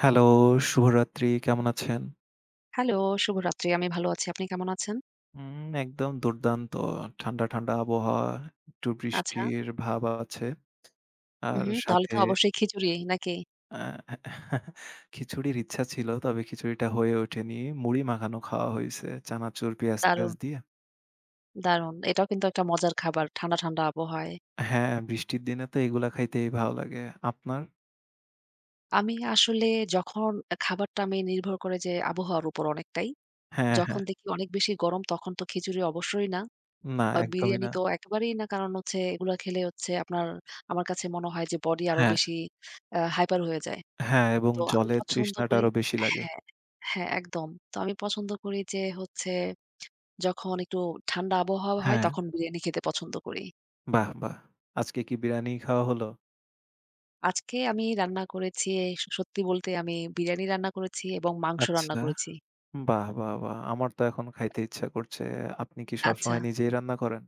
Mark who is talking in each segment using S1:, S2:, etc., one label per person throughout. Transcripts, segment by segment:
S1: Hello, শুভরাত্রি। কেমন আছেন?
S2: হ্যালো, শুভরাত্রি। আমি ভালো আছি। আপনি কেমন আছেন?
S1: হুম, একদম দুর্দান্ত। ঠান্ডা, ঠান্ডা আবহাওয়া, একটু
S2: আচ্ছা।
S1: বৃষ্টির ভাব আছে।
S2: হুম,
S1: আর
S2: হুম। তাহলে
S1: সাথে
S2: তো অবশ্যই খিচুড়ি নাকি?
S1: আ খিচুড়ির ইচ্ছা ছিল, তবে খিচুড়িটা হয়ে ওঠেনি। মুড়ি মাখানো খাওয়া হইছে। চানাচুর, পেঁয়াজ-টেয়াজ
S2: দারুণ,
S1: দিয়ে।
S2: দারুণ। এটাও কিন্তু একটা মজার খাবার ঠান্ডা, ঠান্ডা আবহাওয়ায়।
S1: হ্যাঁ, বৃষ্টির দিনে তো এগুলা খাইতেই ভালো লাগে। আপনার?
S2: আমি আসলে যখন খাবারটা আমি নির্ভর করে যে আবহাওয়ার উপর অনেকটাই।
S1: হ্যাঁ,
S2: যখন
S1: হ্যাঁ।
S2: দেখি অনেক বেশি গরম তখন তো খিচুড়ি অবশ্যই না
S1: না,
S2: বা
S1: একদমই
S2: বিরিয়ানি
S1: না।
S2: তো একেবারেই না। কারণ হচ্ছে এগুলা খেলে হচ্ছে আপনার আমার কাছে মনে হয় যে বডি আরো
S1: হ্যাঁ,
S2: বেশি হাইপার হয়ে যায়।
S1: হ্যাঁ, এবং
S2: তো আমি
S1: জলের
S2: পছন্দ
S1: তৃষ্ণাটা
S2: করি
S1: আরো বেশি লাগে।
S2: হ্যাঁ, হ্যাঁ একদম। তো আমি পছন্দ করি যে হচ্ছে যখন একটু ঠান্ডা আবহাওয়া হয়
S1: হ্যাঁ,
S2: তখন বিরিয়ানি খেতে পছন্দ করি।
S1: বাহ! বাহ! আজকে কি বিরিয়ানি খাওয়া হলো?
S2: আজকে আমি রান্না করেছি সত্যি বলতে আমি বিরিয়ানি রান্না করেছি এবং মাংস রান্না
S1: আচ্ছা।
S2: করেছি।
S1: বাহ! বাহ! বাহ! আমার তো এখন খাইতে ইচ্ছা করছে। আপনি কি
S2: আচ্ছা,
S1: সবসময় নিজেই রান্না করেন?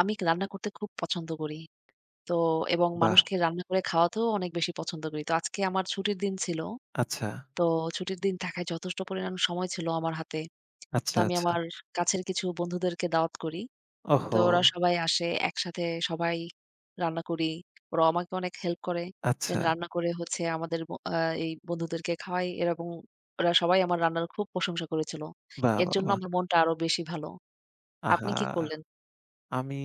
S2: আমি রান্না করতে খুব পছন্দ করি। তো এবং
S1: বাহ!
S2: মানুষকে রান্না করে খাওয়াতেও অনেক বেশি পছন্দ করি। তো আজকে আমার ছুটির দিন ছিল।
S1: আচ্ছা,
S2: তো ছুটির দিন থাকায় যথেষ্ট পরিমাণ সময় ছিল আমার হাতে। তো
S1: আচ্ছা,
S2: আমি
S1: আচ্ছা।
S2: আমার কাছের কিছু বন্ধুদেরকে দাওয়াত করি। তো
S1: ওহো!
S2: ওরা সবাই আসে, একসাথে সবাই রান্না করি। ওরা আমাকে অনেক হেল্প করে। দেন
S1: আচ্ছা।
S2: রান্না করে হচ্ছে আমাদের ব আ এই বন্ধুদেরকে খাওয়াই। এরকম ওরা সবাই আমার রান্নার খুব প্রশংসা করেছিল।
S1: বাহ!
S2: এর
S1: বাহ!
S2: জন্য
S1: বাহ!
S2: আমার মনটা আরো বেশি ভালো।
S1: আহা!
S2: আপনি কি করলেন?
S1: আমি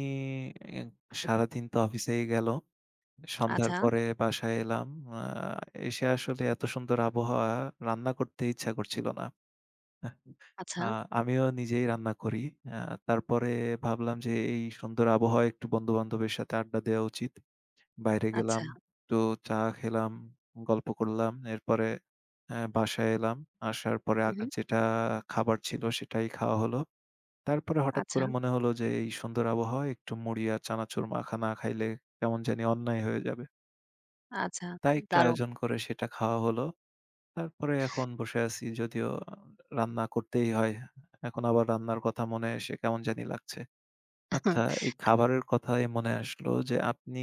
S1: এ সারাদিন তো অফিসেই গেল। সন্ধ্যার
S2: আচ্ছা,
S1: পরে বাসায় এলাম। আ এসে আসলে এত সুন্দর আবহাওয়া, রান্না করতে ইচ্ছা করছিল না।
S2: আচ্ছা,
S1: আ আমিও নিজেই রান্না করি। আ তারপরে ভাবলাম যে এই সুন্দর আবহাওয়ায় একটু বন্ধু-বান্ধবের সাথে আড্ডা দেওয়া উচিত। বাইরে গেলাম,
S2: আচ্ছা,
S1: একটু চা খেলাম, গল্প করলাম। এরপরে বাসায় এলাম। আসার পরে
S2: উহু,
S1: আগের যেটা খাবার ছিল সেটাই খাওয়া হলো। তারপরে হঠাৎ
S2: আচ্ছা,
S1: করে মনে হলো যে এই সুন্দর আবহাওয়ায় একটু মুড়ি আর চানাচুর মাখা না খাইলে কেমন জানি অন্যায় হয়ে যাবে।
S2: আচ্ছা,
S1: তাই একটু
S2: দারুণ।
S1: আয়োজন করে সেটা খাওয়া হলো। তারপরে এখন বসে আছি, যদিও রান্না করতেই হয়। এখন আবার রান্নার কথা মনে এসে কেমন জানি লাগছে। আচ্ছা, এই খাবারের কথায় মনে আসলো যে আপনি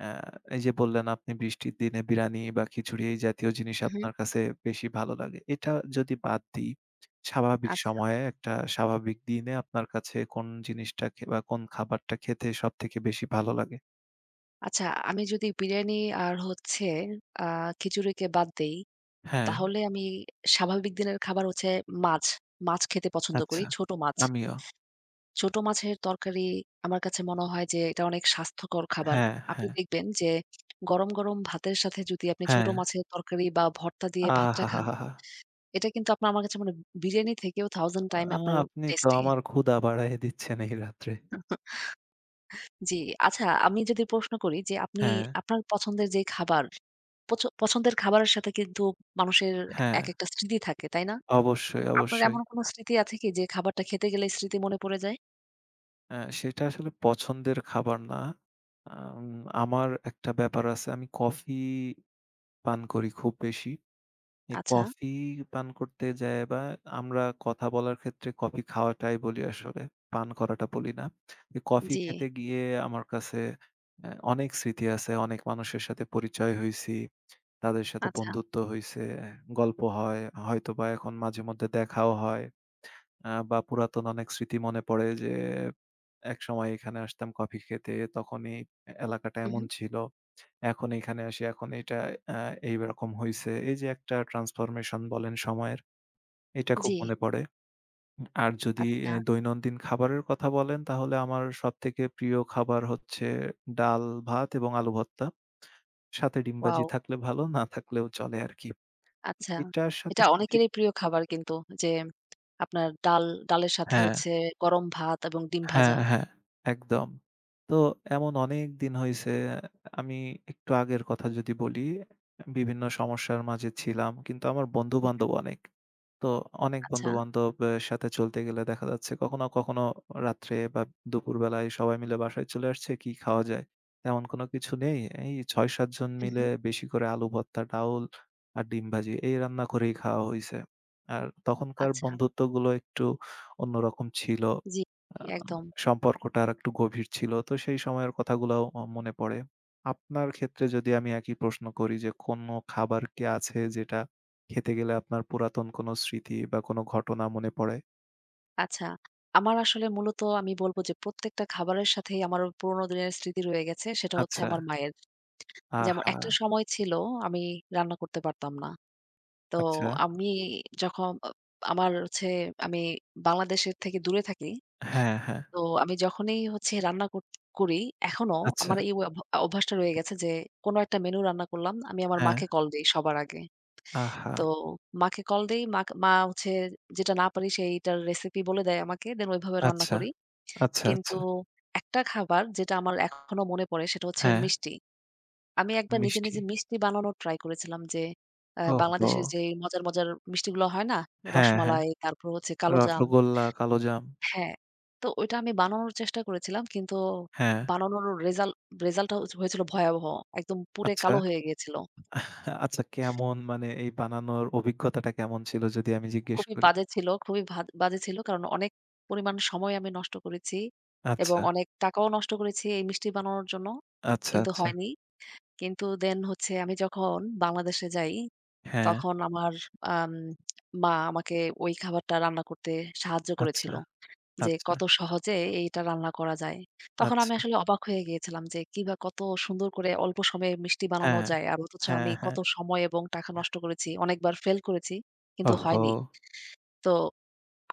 S1: অ্যা এই যে বললেন আপনি বৃষ্টির দিনে বিরানি বা খিচুড়ি এই জাতীয় জিনিস
S2: উহু,
S1: আপনার কাছে বেশি ভালো লাগে। এটা যদি বাদ দিই, স্বাভাবিক
S2: আচ্ছা।
S1: সময়ে একটা স্বাভাবিক দিনে আপনার কাছে কোন জিনিসটা খে বা কোন খাবারটা খেতে সবথেকে বেশি ভালো লাগে?
S2: আচ্ছা, আমি যদি বিরিয়ানি আর হচ্ছে আ খিচুড়িকে বাদ দেই,
S1: হ্যাঁ,
S2: তাহলে আমি স্বাভাবিক দিনের খাবার হচ্ছে মাছ। মাছ খেতে পছন্দ করি,
S1: আচ্ছা।
S2: ছোট মাছ।
S1: আমিও।
S2: ছোট মাছের তরকারি আমার কাছে মনে হয় যে এটা অনেক স্বাস্থ্যকর খাবার।
S1: হ্যাঁ,
S2: আপনি
S1: হ্যাঁ,
S2: দেখবেন যে গরম, গরম ভাতের সাথে যদি আপনি ছোট
S1: হ্যাঁ।
S2: মাছের তরকারি বা ভর্তা দিয়ে ভাতটা খান,
S1: আহাহাহাহা!
S2: এটা কিন্তু আপনার আমার কাছে মনে বিরিয়ানি থেকেও 1000
S1: আ
S2: টাইম আপনার
S1: আপনি তো
S2: টেস্টি।
S1: আমার ক্ষুধা বাড়ায়ে দিচ্ছেন এই রাত্রে।
S2: জি, আচ্ছা আমি যদি প্রশ্ন করি যে আপনি
S1: হ্যাঁ,
S2: আপনার পছন্দের যে খাবার, পছন্দের খাবারের সাথে কিন্তু মানুষের
S1: হ্যাঁ।
S2: একেকটা স্মৃতি থাকে, তাই না?
S1: অবশ্যই,
S2: আপনার
S1: অবশ্যই।
S2: এমন কোনো স্মৃতি আছে কি যে খাবারটা খেতে গেলে স্মৃতি মনে পড়ে যায়?
S1: সেটা আসলে পছন্দের খাবার না। আম আমার একটা ব্যাপার আছে। আমি কফি পান করি খুব বেশি। এই
S2: আচ্ছা,
S1: কফি পান করতে যায়া বা আমরা কথা বলার ক্ষেত্রে কফি খাওয়াটাই বলি আসলে। পান করাটা বলি না। এই কফি
S2: জি,
S1: খেতে গিয়ে আমার কাছে অনেক স্মৃতি আছে। অনেক মানুষের সাথে পরিচয় হইছি। তাদের সাথে
S2: আচ্ছা,
S1: বন্ধুত্ব হইছে, গল্প হয়। হয়তোবা এখন মাঝে মধ্যে দেখাও হয়। বা পুরাতন অনেক স্মৃতি মনে পড়ে যে একসময় এখানে আসতাম কফি খেতে। তখনই এলাকাটা এমন
S2: উহু,
S1: ছিল। এখন এখানে আসি, এখন এটা আ এইরকম হইছে। এই যে একটা ট্রান্সফরমেশন বলেন সময়ের, এটা খুব
S2: জি,
S1: মনে পড়ে। আর যদি
S2: আচ্ছা।
S1: দৈনন্দিন খাবারের কথা বলেন, তাহলে আমার সবথেকে প্রিয় খাবার হচ্ছে ডাল, ভাত এবং আলু ভর্তা। সাথে ডিম ভাজি
S2: ওয়াও!
S1: থাকলে ভালো, না থাকলেও চলে আরকি।
S2: আচ্ছা।
S1: এটার সাথে
S2: এটা
S1: স্মৃতি
S2: অনেকেরই প্রিয় খাবার কিন্তু যে আপনার ডাল ডালের সাথে
S1: হ্যাঁ।
S2: হচ্ছে গরম ভাত এবং ডিম
S1: হ্যাঁ,
S2: ভাজা।
S1: হ্যাঁ, একদম। তো এমন অনেক দিন হইছে। আমি একটু আগের কথা যদি বলি, বিভিন্ন সমস্যার মাঝে ছিলাম। কিন্তু আমার
S2: হু, হু।
S1: বন্ধু-বান্ধব অনেক। তো অনেক
S2: আচ্ছা,
S1: বন্ধু-বান্ধব এ সাথে চলতে গেলে দেখা যাচ্ছে কখনো, কখনো রাত্রে বা দুপুরবেলায় সবাই মিলে বাসায় চলে আসছে, কি খাওয়া যায়? তেমন কোনো কিছু নেই। এই ৬-৭ জন
S2: হু,
S1: মিলে
S2: হু।
S1: বেশি করে আলু ভর্তা, ডাউল আর ডিম ভাজি এই রান্না করেই খাওয়া হইছে। আর তখনকার
S2: আচ্ছা।
S1: বন্ধুত্বগুলো একটু অন্যরকম ছিল।
S2: জি,
S1: আ
S2: জি, একদম।
S1: সম্পর্কটা আরেকটু গভীর ছিল। তো সেই সময়ের কথাগুলাও মনে পড়ে। আপনার ক্ষেত্রে যদি আমি একই প্রশ্ন করি যে কোনো খাবার কি আছে যেটা খেতে গেলে আপনার পুরাতন কোনো স্মৃতি বা কোনো ঘটনা মনে পড়ে?
S2: আচ্ছা। আমার আসলে মূলত আমি বলব যে প্রত্যেকটা খাবারের সাথেই আমার পুরোনো দিনের স্মৃতি রয়ে গেছে। সেটা হচ্ছে
S1: আচ্ছা।
S2: আমার মায়ের। যেমন
S1: আহা!
S2: একটা সময় ছিল আমি রান্না করতে পারতাম না। তো
S1: আচ্ছা।
S2: আমি যখন আমার হচ্ছে আমি বাংলাদেশের থেকে দূরে থাকি
S1: হ্যাঁ, হ্যাঁ।
S2: তো আমি যখনই হচ্ছে রান্না কর করি, এখনো
S1: আচ্ছা।
S2: আমার এই অভ্যাসটা রয়ে গেছে যে, কোনো একটা মেনু রান্না করলাম, আমি আমার
S1: হ্যাঁ।
S2: মাকে কল দেই সবার আগে।
S1: আহা!
S2: তো মাকে কল দেই, মা হচ্ছে যেটা না পারি সেইটার রেসিপি বলে দেয় আমাকে। দেন ওইভাবে রান্না
S1: আচ্ছা,
S2: করি।
S1: আচ্ছা,
S2: কিন্তু
S1: আচ্ছা।
S2: একটা খাবার যেটা আমার এখনো মনে পড়ে সেটা হচ্ছে
S1: হ্যাঁ,
S2: মিষ্টি। আমি একবার নিজে,
S1: মিষ্টি।
S2: নিজে মিষ্টি বানানোর ট্রাই করেছিলাম যে,
S1: ওহহো!
S2: বাংলাদেশের যেই মজার, মজার মিষ্টিগুলো হয় না?
S1: হ্যাঁ, হ্যাঁ।
S2: রসমালাই, তারপর হচ্ছে কালোজাম।
S1: রসগোল্লা, কালোজাম।
S2: হ্যাঁ, তো ওইটা আমি বানানোর চেষ্টা করেছিলাম। কিন্তু
S1: হ্যাঁ,
S2: বানানোর রেজাল্ট রেজাল্টটা হচ্ছে হয়েছিল ভয়াবহ। একদম পুড়ে
S1: আচ্ছা।
S2: কালো হয়ে গিয়েছিল।
S1: আচ্ছা, কেমন মানে এই বানানোর অভিজ্ঞতাটা কেমন ছিল যদি আমি জিজ্ঞেস
S2: খুবই
S1: করি?
S2: বাজে ছিল খুবই বাজে ছিল। কারণ অনেক পরিমাণ সময় আমি নষ্ট করেছি এবং
S1: আচ্ছা,
S2: অনেক টাকাও নষ্ট করেছি এই মিষ্টি বানানোর জন্য।
S1: আচ্ছা,
S2: কিন্তু
S1: আচ্ছা।
S2: হয়নি। কিন্তু দেন হচ্ছে আমি যখন বাংলাদেশে যাই,
S1: হ্যাঁ,
S2: তখন আমার আম মা আমাকে ওই খাবারটা রান্না করতে সাহায্য
S1: আচ্ছা,
S2: করেছিল। যে
S1: আচ্ছা,
S2: কত সহজে এইটা রান্না করা যায়। তখন
S1: আচ্ছা।
S2: আমি আসলে অবাক হয়ে গিয়েছিলাম যে কিবা কত সুন্দর করে অল্প সময়ে মিষ্টি বানানো
S1: হ্যাঁ,
S2: যায়। আর অথচ
S1: হ্যাঁ,
S2: আমি কত
S1: হ্যাঁ।
S2: সময় এবং টাকা নষ্ট করেছি। অনেকবার ফেইল করেছি কিন্তু
S1: ওহহো!
S2: হয়নি। তো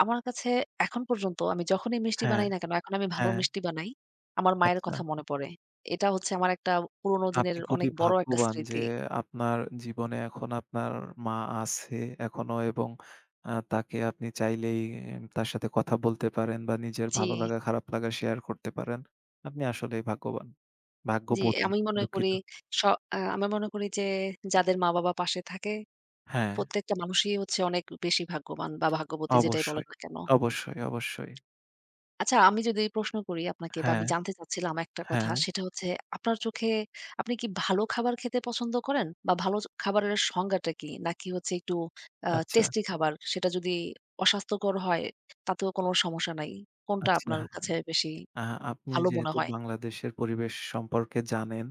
S2: আমার কাছে এখন পর্যন্ত আমি যখনই মিষ্টি
S1: হ্যাঁ,
S2: বানাই না কেন, এখন আমি ভালো
S1: হ্যাঁ।
S2: মিষ্টি বানাই। আমার মায়ের
S1: আচ্ছা।
S2: কথা মনে পড়ে। এটা হচ্ছে আমার একটা পুরোনো
S1: আপনি
S2: দিনের
S1: খুবই
S2: অনেক বড় একটা
S1: ভাগ্যবান যে
S2: স্মৃতি।
S1: আপনার জীবনে এখন আপনার মা আছে এখনো, এবং তাকে আপনি চাইলেই তার সাথে কথা বলতে পারেন বা নিজের
S2: জি,
S1: ভালো লাগা খারাপ লাগা শেয়ার করতে পারেন। আপনি আসলেই ভাগ্যবান।
S2: জি
S1: ভাগ্যবতী।
S2: আমি মনে করি
S1: দুঃখিত।
S2: স আমি মনে করি যে যাদের মা-বাবা পাশে থাকে
S1: হ্যাঁ।
S2: প্রত্যেকটা মানুষই হচ্ছে অনেক বেশি ভাগ্যবান বা ভাগ্যবতী যেটাই বলেন
S1: অবশ্যই,
S2: না কেন।
S1: অবশ্যই, অবশ্যই।
S2: আচ্ছা আমি যদি প্রশ্ন করি আপনাকে বা
S1: হ্যাঁ,
S2: আমি জানতে চাচ্ছিলাম একটা কথা
S1: হ্যাঁ।
S2: সেটা হচ্ছে আপনার চোখে আপনি কি ভালো খাবার খেতে পছন্দ করেন? বা ভালো খাবারের সংজ্ঞাটা কি? নাকি হচ্ছে একটু
S1: আচ্ছা,
S2: টেস্টি খাবার সেটা যদি অস্বাস্থ্যকর হয় তাতেও কোনো সমস্যা নাই? কোনটা
S1: আচ্ছা।
S2: আপনার কাছে বেশি
S1: আ আপনি
S2: ভালো মনে
S1: যেহেতু
S2: হয়?
S1: বাংলাদেশের পরিবেশ সম্পর্কে জানেন,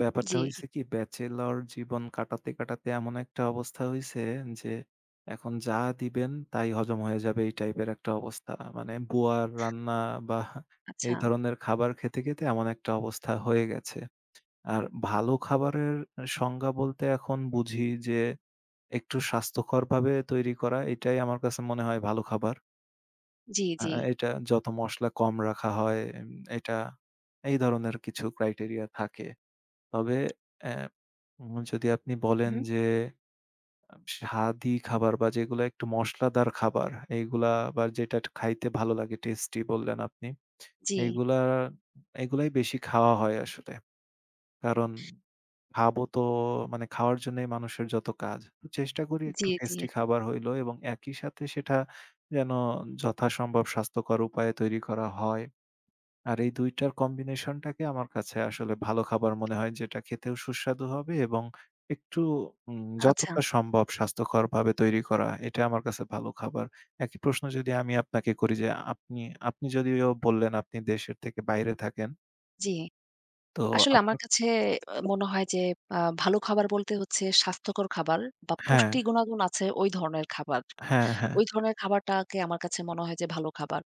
S1: ব্যাপারটা
S2: জি,
S1: হইছে কি, ব্যাচেলর জীবন কাটাতে, কাটাতে এমন একটা অবস্থা হইছে যে এখন যা দিবেন তাই হজম হয়ে যাবে এই টাইপের একটা অবস্থা। মানে বুয়ার রান্না বা
S2: আচ্ছা।
S1: এই ধরনের খাবার খেতে, খেতে এমন একটা অবস্থা হয়ে গেছে। আর ভালো খাবারের সংজ্ঞা বলতে এখন বুঝি যে একটু স্বাস্থ্যকরভাবে তৈরি করা, এটাই আমার কাছে মনে হয় ভালো খাবার।
S2: জি,
S1: আ
S2: জি।
S1: এটা যত মসলা কম রাখা হয়, এটা, এই ধরনের কিছু ক্রাইটেরিয়া থাকে। তবে অ্যা যদি আপনি বলেন
S2: হুম।
S1: যে স্বাদি খাবার বা যেগুলা একটু মসলাদার খাবার, এইগুলা বা যেটা খাইতে ভালো লাগে, টেস্টি বললেন আপনি।
S2: জি,
S1: এইগুলা এগুলাই বেশি খাওয়া হয় আসলে। কারণ খাবো তো, মানে খাওয়ার জন্যই মানুষের যত কাজ। তো চেষ্টা করি
S2: জি,
S1: একটু
S2: জি।
S1: টেস্টি খাবার হইলো এবং একই সাথে সেটা যেন যথাসম্ভব স্বাস্থ্যকর উপায়ে তৈরি করা হয়। আর এই ২ টার কম্বিনেশনটাকে আমার কাছে আসলে ভালো খাবার মনে হয়, যেটা খেতেও সুস্বাদু হবে এবং একটু
S2: আচ্ছা,
S1: যতটা সম্ভব স্বাস্থ্যকরভাবে তৈরি করা। এটা আমার কাছে ভালো খাবার। একই প্রশ্ন যদি আমি আপনাকে করি যে আপনি, আপনি যদিও বললেন আপনি দেশের থেকে বাইরে থাকেন।
S2: জি।
S1: তো
S2: আসলে আমার
S1: আপনার
S2: কাছে মনে হয় যে ভালো খাবার বলতে হচ্ছে স্বাস্থ্যকর খাবার বা
S1: হ্যাঁ,
S2: পুষ্টি গুণাগুণ আছে ওই ধরনের খাবার।
S1: হ্যাঁ, হ্যাঁ।
S2: ওই ধরনের খাবারটাকে আমার কাছে মনে হয় যে ভালো খাবার।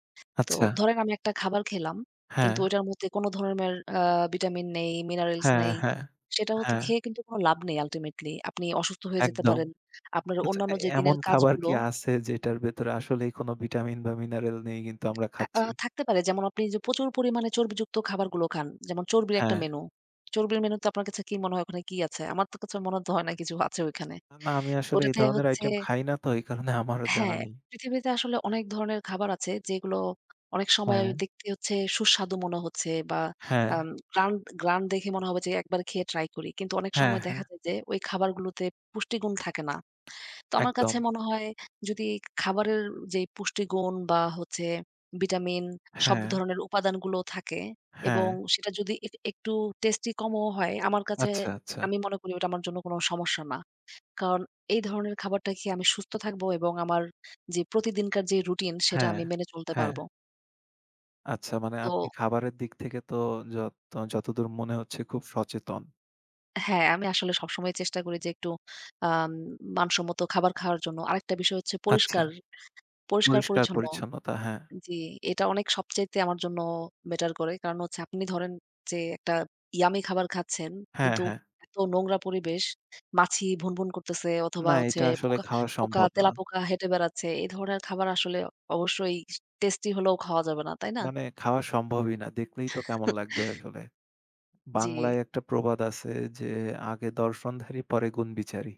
S2: তো
S1: আচ্ছা,
S2: ধরেন আমি একটা খাবার খেলাম,
S1: হ্যাঁ।
S2: কিন্তু ওইটার মধ্যে কোনো ধরনের ভিটামিন নেই, মিনারেলস
S1: হ্যাঁ,
S2: নেই।
S1: হ্যাঁ,
S2: সেটাও তো
S1: হ্যাঁ,
S2: খেয়ে কিন্তু কোনো লাভ নেই আল্টিমেটলি। আপনি অসুস্থ হয়ে যেতে
S1: একদম।
S2: পারেন। আপনার
S1: আচ্ছা,
S2: অন্যান্য যে
S1: এমন
S2: দিনের
S1: খাবার
S2: কাজগুলো
S1: কি আছে যেটার ভেতরে আসলেই কোনো ভিটামিন বা মিনারেল নেই কিন্তু আমরা
S2: আ আ
S1: খাচ্ছি?
S2: থাকতে পারে। যেমন আপনি যে প্রচুর পরিমাণে চর্বিযুক্ত খাবারগুলো খান। যেমন চর্বির একটা
S1: হ্যাঁ।
S2: মেনু। চর্বির মেনুতে আপনার কাছে কি মনে হয় ওখানে কি আছে? আমার তো কাছে মনে তো হয় না কিছু আছে ওইখানে।
S1: না, আমি আসলে এই
S2: ওটাতে
S1: ধরনের
S2: হচ্ছে
S1: আইটেম খাই না, তো এই কারণে আমারও জানা
S2: হ্যাঁ,
S1: নেই।
S2: পৃথিবীতে আসলে অনেক ধরনের খাবার আছে যেগুলো অনেক সময়
S1: হ্যাঁ,
S2: দেখতে হচ্ছে সুস্বাদু মনে হচ্ছে বা
S1: হ্যাঁ,
S2: আম গ্রান গ্রান দেখে মনে হবে যে একবার খেয়ে ট্রাই করি। কিন্তু অনেক
S1: হ্যাঁ,
S2: সময়
S1: হ্যাঁ,
S2: দেখা যায় যে ওই খাবারগুলোতে পুষ্টিগুণ থাকে না। তো আমার কাছে
S1: একদম।
S2: মনে হয় যদি খাবারের যে পুষ্টিগুণ বা হচ্ছে ভিটামিন সব
S1: হ্যাঁ,
S2: ধরনের উপাদানগুলো থাকে
S1: হ্যাঁ,
S2: এবং সেটা যদি এক একটু টেস্টি কমও হয়, আমার কাছে
S1: আচ্ছা, আচ্ছা।
S2: আমি মনে করি ওটা আমার জন্য কোনো সমস্যা না। কারণ এই ধরনের খাবারটা খেয়ে আমি সুস্থ থাকবো এবং আমার যে প্রতিদিনকার যে রুটিন সেটা
S1: হ্যাঁ,
S2: আমি মেনে চলতে
S1: হ্যাঁ,
S2: পারবো।
S1: আচ্ছা মানে
S2: তো
S1: আপনি খাবারের দিক থেকে তো যত যতদূর মনে হচ্ছে খুব সচেতন।
S2: হ্যাঁ, আমি আসলে সবসময় চেষ্টা করি যে একটু আম মানসম্মত খাবার খাওয়ার জন্য। আরেকটা বিষয় হচ্ছে
S1: আচ্ছা,
S2: পরিষ্কার, পরিষ্কার
S1: পরিষ্কার
S2: পরিচ্ছন্ন।
S1: পরিচ্ছন্নতা, হ্যাঁ,
S2: জি, এটা অনেক সবচাইতে আমার জন্য বেটার করে। কারণ হচ্ছে আপনি ধরেন যে একটা ইয়াম্মি খাবার খাচ্ছেন,
S1: হ্যাঁ,
S2: কিন্তু
S1: হ্যাঁ।
S2: এত নোংরা পরিবেশ, মাছি ভুনভুন করতেছে অথবা
S1: না,
S2: হচ্ছে
S1: এটা আসলে
S2: পোকা
S1: খাওয়া
S2: পোকা,
S1: সম্ভব না।
S2: তেলাপোকা হেঁটে বেড়াচ্ছে। এই ধরনের খাবার আসলে অবশ্যই টেস্টি হলেও খাওয়া যাবে না, তাই না?
S1: মানে খাওয়া সম্ভবই না। দেখলেই তো কেমন লাগবে আসলে।
S2: জি,
S1: বাংলায় একটা প্রবাদ আছে যে, "আগে দর্শনধারী পরে গুণবিচারী।"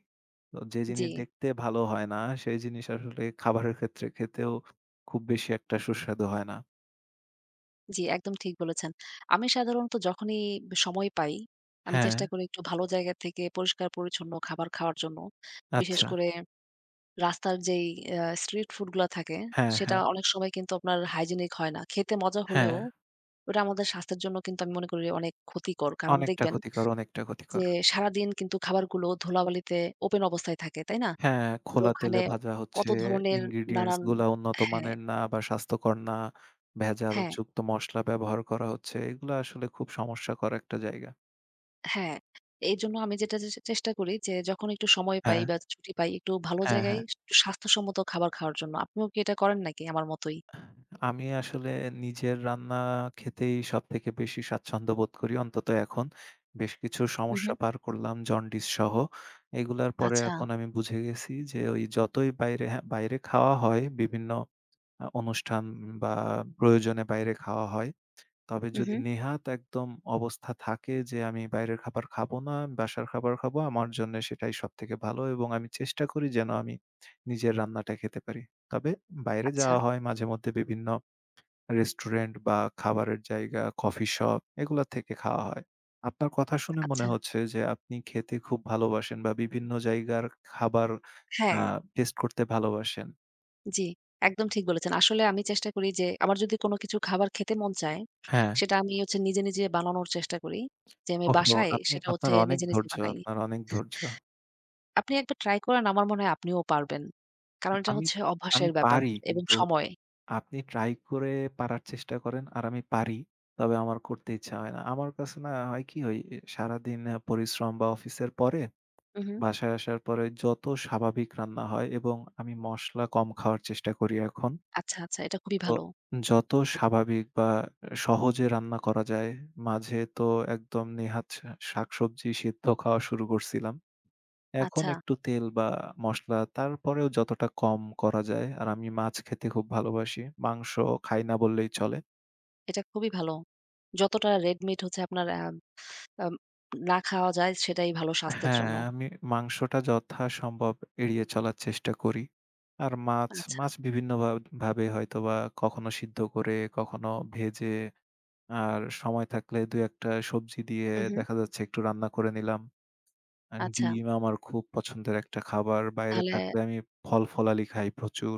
S1: তো যে
S2: জি,
S1: জিনিস দেখতে ভালো হয় না, সেই জিনিস আসলে খাবারের ক্ষেত্রে খেতেও খুব বেশি একটা সুস্বাদু হয় না।
S2: জি, একদম ঠিক বলেছেন। আমি সাধারণত যখনই সময় পাই, আমি
S1: হ্যাঁ,
S2: চেষ্টা করি একটু ভালো জায়গা থেকে পরিষ্কার পরিচ্ছন্ন খাবার খাওয়ার জন্য। বিশেষ
S1: আচ্ছা।
S2: করে রাস্তার যেই স্ট্রিট ফুড গুলা থাকে,
S1: হ্যাঁ,
S2: সেটা
S1: হ্যাঁ,
S2: অনেক সময় কিন্তু আপনার হাইজেনিক হয় না। খেতে মজা হলেও
S1: হ্যাঁ।
S2: ওটা আমাদের স্বাস্থ্যের জন্য কিন্তু আমি মনে করি অনেক ক্ষতিকর। কারণ
S1: অনেকটা
S2: দেখবেন
S1: ক্ষতিকর, অনেকটা
S2: যে
S1: ক্ষতিকর।
S2: সারাদিন কিন্তু খাবারগুলো ধুলাবালিতে ওপেন অবস্থায় থাকে, তাই না?
S1: হ্যাঁ,
S2: তো
S1: খোলা
S2: ওখানে
S1: তেলে ভাজা
S2: কত
S1: হচ্ছে,
S2: ধরনের
S1: ingredients
S2: নানান
S1: গুলা উন্নত
S2: হ্যাঁ,
S1: মানের না বা স্বাস্থ্যকর না। ভেজাল
S2: হ্যাঁ,
S1: যুক্ত মসলা ব্যবহার করা হচ্ছে। এগুলা আসলে খুব সমস্যা কর একটা জায়গা।
S2: হ্যাঁ। এইজন্য আমি যেটা চেষ্টা করি যে যখন একটু সময় পাই
S1: হ্যাঁ,
S2: বা ছুটি পাই একটু ভালো
S1: হ্যাঁ,
S2: জায়গায়
S1: হ্যাঁ।
S2: একটু স্বাস্থ্যসম্মত খাবার খাওয়ার জন্য। আপনিও কি এটা করেন নাকি আমার মতোই?
S1: আমি আসলে নিজের রান্না খেতেই সবথেকে বেশি স্বাচ্ছন্দ্য বোধ করি, অন্তত এখন। বেশ কিছু সমস্যা
S2: উহু।
S1: পার করলাম জন্ডিস সহ। এগুলার পরে
S2: আচ্ছা।
S1: এখন আমি বুঝে গেছি যে ওই যতই বাইরে, হ্যাঁ, বাইরে খাওয়া হয় বিভিন্ন অনুষ্ঠান বা প্রয়োজনে বাইরে খাওয়া হয়। তবে
S2: উহু।
S1: যদি নেহাত একদম অবস্থা থাকে যে আমি বাইরের খাবার খাবো না, আমি বাসার খাবার খাবো, আমার জন্য সেটাই সবথেকে ভালো এবং আমি চেষ্টা করি যেন আমি নিজের রান্নাটা খেতে পারি। তবে বাইরে
S2: আচ্ছা,
S1: যাওয়া হয় মাঝেমধ্যে বিভিন্ন রেস্টুরেন্ট বা খাবারের জায়গা, কফি শপ এগুলা থেকে খাওয়া হয়। আপনার কথা শুনে মনে
S2: আচ্ছা।
S1: হচ্ছে যে আপনি খেতে খুব ভালোবাসেন বা বিভিন্ন জায়গার খাবার আ
S2: হ্যাঁ।
S1: টেস্ট করতে ভালোবাসেন।
S2: জি, একদম ঠিক বলেছেন। আসলে আমি চেষ্টা করি যে আমার যদি কোনো কিছু খাবার খেতে মন চায়,
S1: হ্যাঁ।
S2: সেটা আমি হচ্ছে নিজে, নিজে বানানোর চেষ্টা করি। যে আমি
S1: ওহো!
S2: বাসায়
S1: আপনি,
S2: সেটা
S1: আপনার
S2: হচ্ছে
S1: অনেক
S2: নিজে, নিজে
S1: ধৈর্য,
S2: বানাই।
S1: আপনার অনেক ধৈর্য।
S2: আপনি একবার ট্রাই করেন আমার মনে হয় আপনিও পারবেন। কারণ এটা
S1: আমি
S2: হচ্ছে
S1: আমি
S2: অভ্যাসের ব্যাপার
S1: পারি,
S2: এবং
S1: কিন্তু
S2: সময়।
S1: আপনি ট্রাই করে পারার চেষ্টা করেন আর আমি পারি। তবে আমার করতে ইচ্ছা হয় না। আমার কাছে না হয় কি ওই সারাদিন পরিশ্রম বা অফিসের পরে
S2: হু, হুম।
S1: বাসায় আসার পরে যত স্বাভাবিক রান্না হয়, এবং আমি মসলা কম খাওয়ার চেষ্টা করি এখন।
S2: আচ্ছা, আচ্ছা এটা খুবই
S1: তো
S2: ভালো।
S1: যত স্বাভাবিক বা সহজে রান্না করা যায়, মাঝে তো একদম নেহাত শাকসবজি সিদ্ধ খাওয়া শুরু করছিলাম। এখন
S2: আচ্ছা,
S1: একটু তেল বা মসলা তারপরেও যতটা কম করা যায়, আর আমি মাছ খেতে খুব ভালোবাসি। মাংস খাই না বললেই চলে।
S2: এটা খুবই ভালো। যতটা রেড মিট হচ্ছে আপনার আ আম না খাওয়া যায় সেটাই ভালো স্বাস্থ্যের
S1: হ্যাঁ,
S2: জন্য।
S1: আমি মাংসটা যথাসম্ভব এড়িয়ে চলার চেষ্টা করি। আর মাছ,
S2: আচ্ছা,
S1: মাছ বিভিন্ন ভাবে হয়তোবা কখনো সিদ্ধ করে, কখনো ভেজে, আর সময় থাকলে ২-১ টা সবজি দিয়ে
S2: হু, হুম।
S1: দেখা যাচ্ছে একটু রান্না করে নিলাম। আর
S2: আচ্ছা
S1: ডিম আমার খুব পছন্দের একটা খাবার। বাইরে
S2: তাহলে
S1: থাকলে আমি ফল-ফলালি খাই প্রচুর।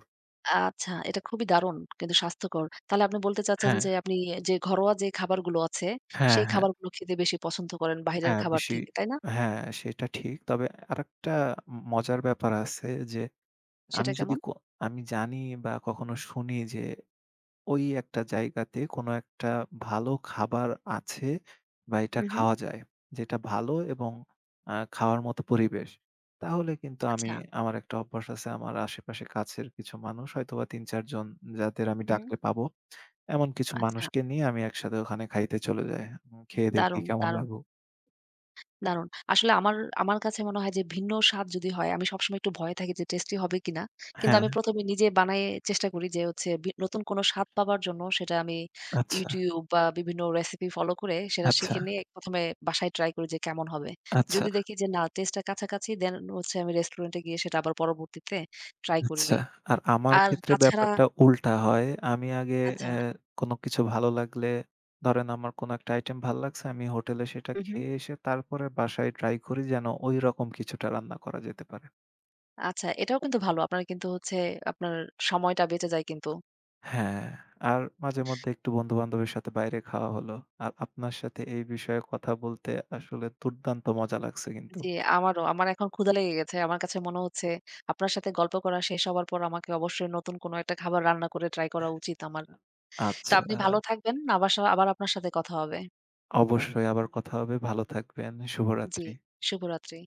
S2: আচ্ছা, এটা খুবই দারুণ কিন্তু স্বাস্থ্যকর। তাহলে আপনি বলতে চাচ্ছেন
S1: হ্যাঁ,
S2: যে আপনি যে ঘরোয়া যে খাবারগুলো আছে,
S1: হ্যাঁ,
S2: সেই
S1: হ্যাঁ,
S2: খাবারগুলো খেতে বেশি পছন্দ করেন বাহিরের
S1: হ্যাঁ,
S2: খাবার
S1: বেশি
S2: থেকে, তাই না?
S1: হ্যাঁ, সেটা ঠিক। তবে আরেকটা মজার ব্যাপার আছে যে, আমি
S2: সেটা
S1: যদি
S2: কেমন?
S1: আমি জানি বা কখনো শুনি যে ওই একটা জায়গাতে কোনো একটা ভালো খাবার আছে বা এটা
S2: হু, হু।
S1: খাওয়া যায়। যেটা ভালো এবং খাওয়ার মতো পরিবেশ। তাহলে কিন্তু আমি,
S2: আচ্ছা।
S1: আমার একটা অভ্যাস আছে, আমার আশেপাশে কাছের কিছু মানুষ হয়তোবা ৩-৪ জন যাদের আমি
S2: উহু,
S1: ডাকলে পাবো। এমন কিছু
S2: আচ্ছা।
S1: মানুষকে নিয়ে আমি একসাথে ওখানে খাইতে চলে যাই। খেয়ে দেখি
S2: দারুণ,
S1: কেমন
S2: দারুণ।
S1: লাগু।
S2: দারুণ। আসলে আমার, আমার কাছে মনে হয় যে ভিন্ন স্বাদ যদি হয়, আমি সবসময় একটু ভয়ে থাকি যে টেস্টি হবে কিনা। কিন্তু
S1: হ্যাঁ,
S2: আমি ১ম এ নিজে বানায়ে চেষ্টা করি যে হচ্ছে নতুন কোনো স্বাদ পাবার জন্য সেটা আমি
S1: আচ্ছা,
S2: YouTube বা বিভিন্ন রেসিপি ফলো করে সেটা
S1: আচ্ছা,
S2: শিখে নিয়ে ১ম এ বাসায় ট্রাই করি যে কেমন হবে।
S1: আচ্ছা।
S2: যদি দেখি যে না টেস্টটা কাছাকাছি দেন হচ্ছে আমি রেস্টুরেন্টে গিয়ে সেটা আবার পরবর্তীতে ট্রাই
S1: আচ্ছা।
S2: করি।
S1: আর আমার
S2: আর
S1: ক্ষেত্রে
S2: তাছাড়া
S1: ব্যাপারটা উল্টা হয়। আমি আগে
S2: আচ্ছা,
S1: অ্যা কোনো কিছু ভালো লাগলে, ধরেন আমার কোনো একটা আইটেম ভাল লাগছে, আমি হোটেলে সেটা
S2: হু, হু।
S1: খেয়ে এসে তারপরে বাসায় ট্রাই করি যেন ঐরকম কিছুটা রান্না করা যেতে পারে।
S2: আচ্ছা এটাও কিন্তু ভালো। আপনার কিন্তু হচ্ছে আপনার সময়টা বেঁচে যায় কিন্তু।
S1: হ্যাঁ, আর মাঝেমধ্যে একটু বন্ধু-বান্ধবের সাথে বাইরে খাওয়া হলো। আর আপনার সাথে এই বিষয়ে কথা বলতে আসলে দুর্দান্ত মজা লাগছে কিন্তু।
S2: জি, আমারও। আমার এখন ক্ষুধা লেগে গেছে। আমার কাছে মনে হচ্ছে আপনার সাথে গল্প করা শেষ হবার পর আমাকে অবশ্যই নতুন কোনো একটা খাবার রান্না করে ট্রাই করা উচিত আমার। তো
S1: আচ্ছা,
S2: আপনি ভালো থাকবেন। আবার আবার আপনার সাথে কথা হবে।
S1: অবশ্যই আবার কথা হবে। ভালো থাকবেন।
S2: জি,
S1: শুভরাত্রি।
S2: শুভরাত্রি।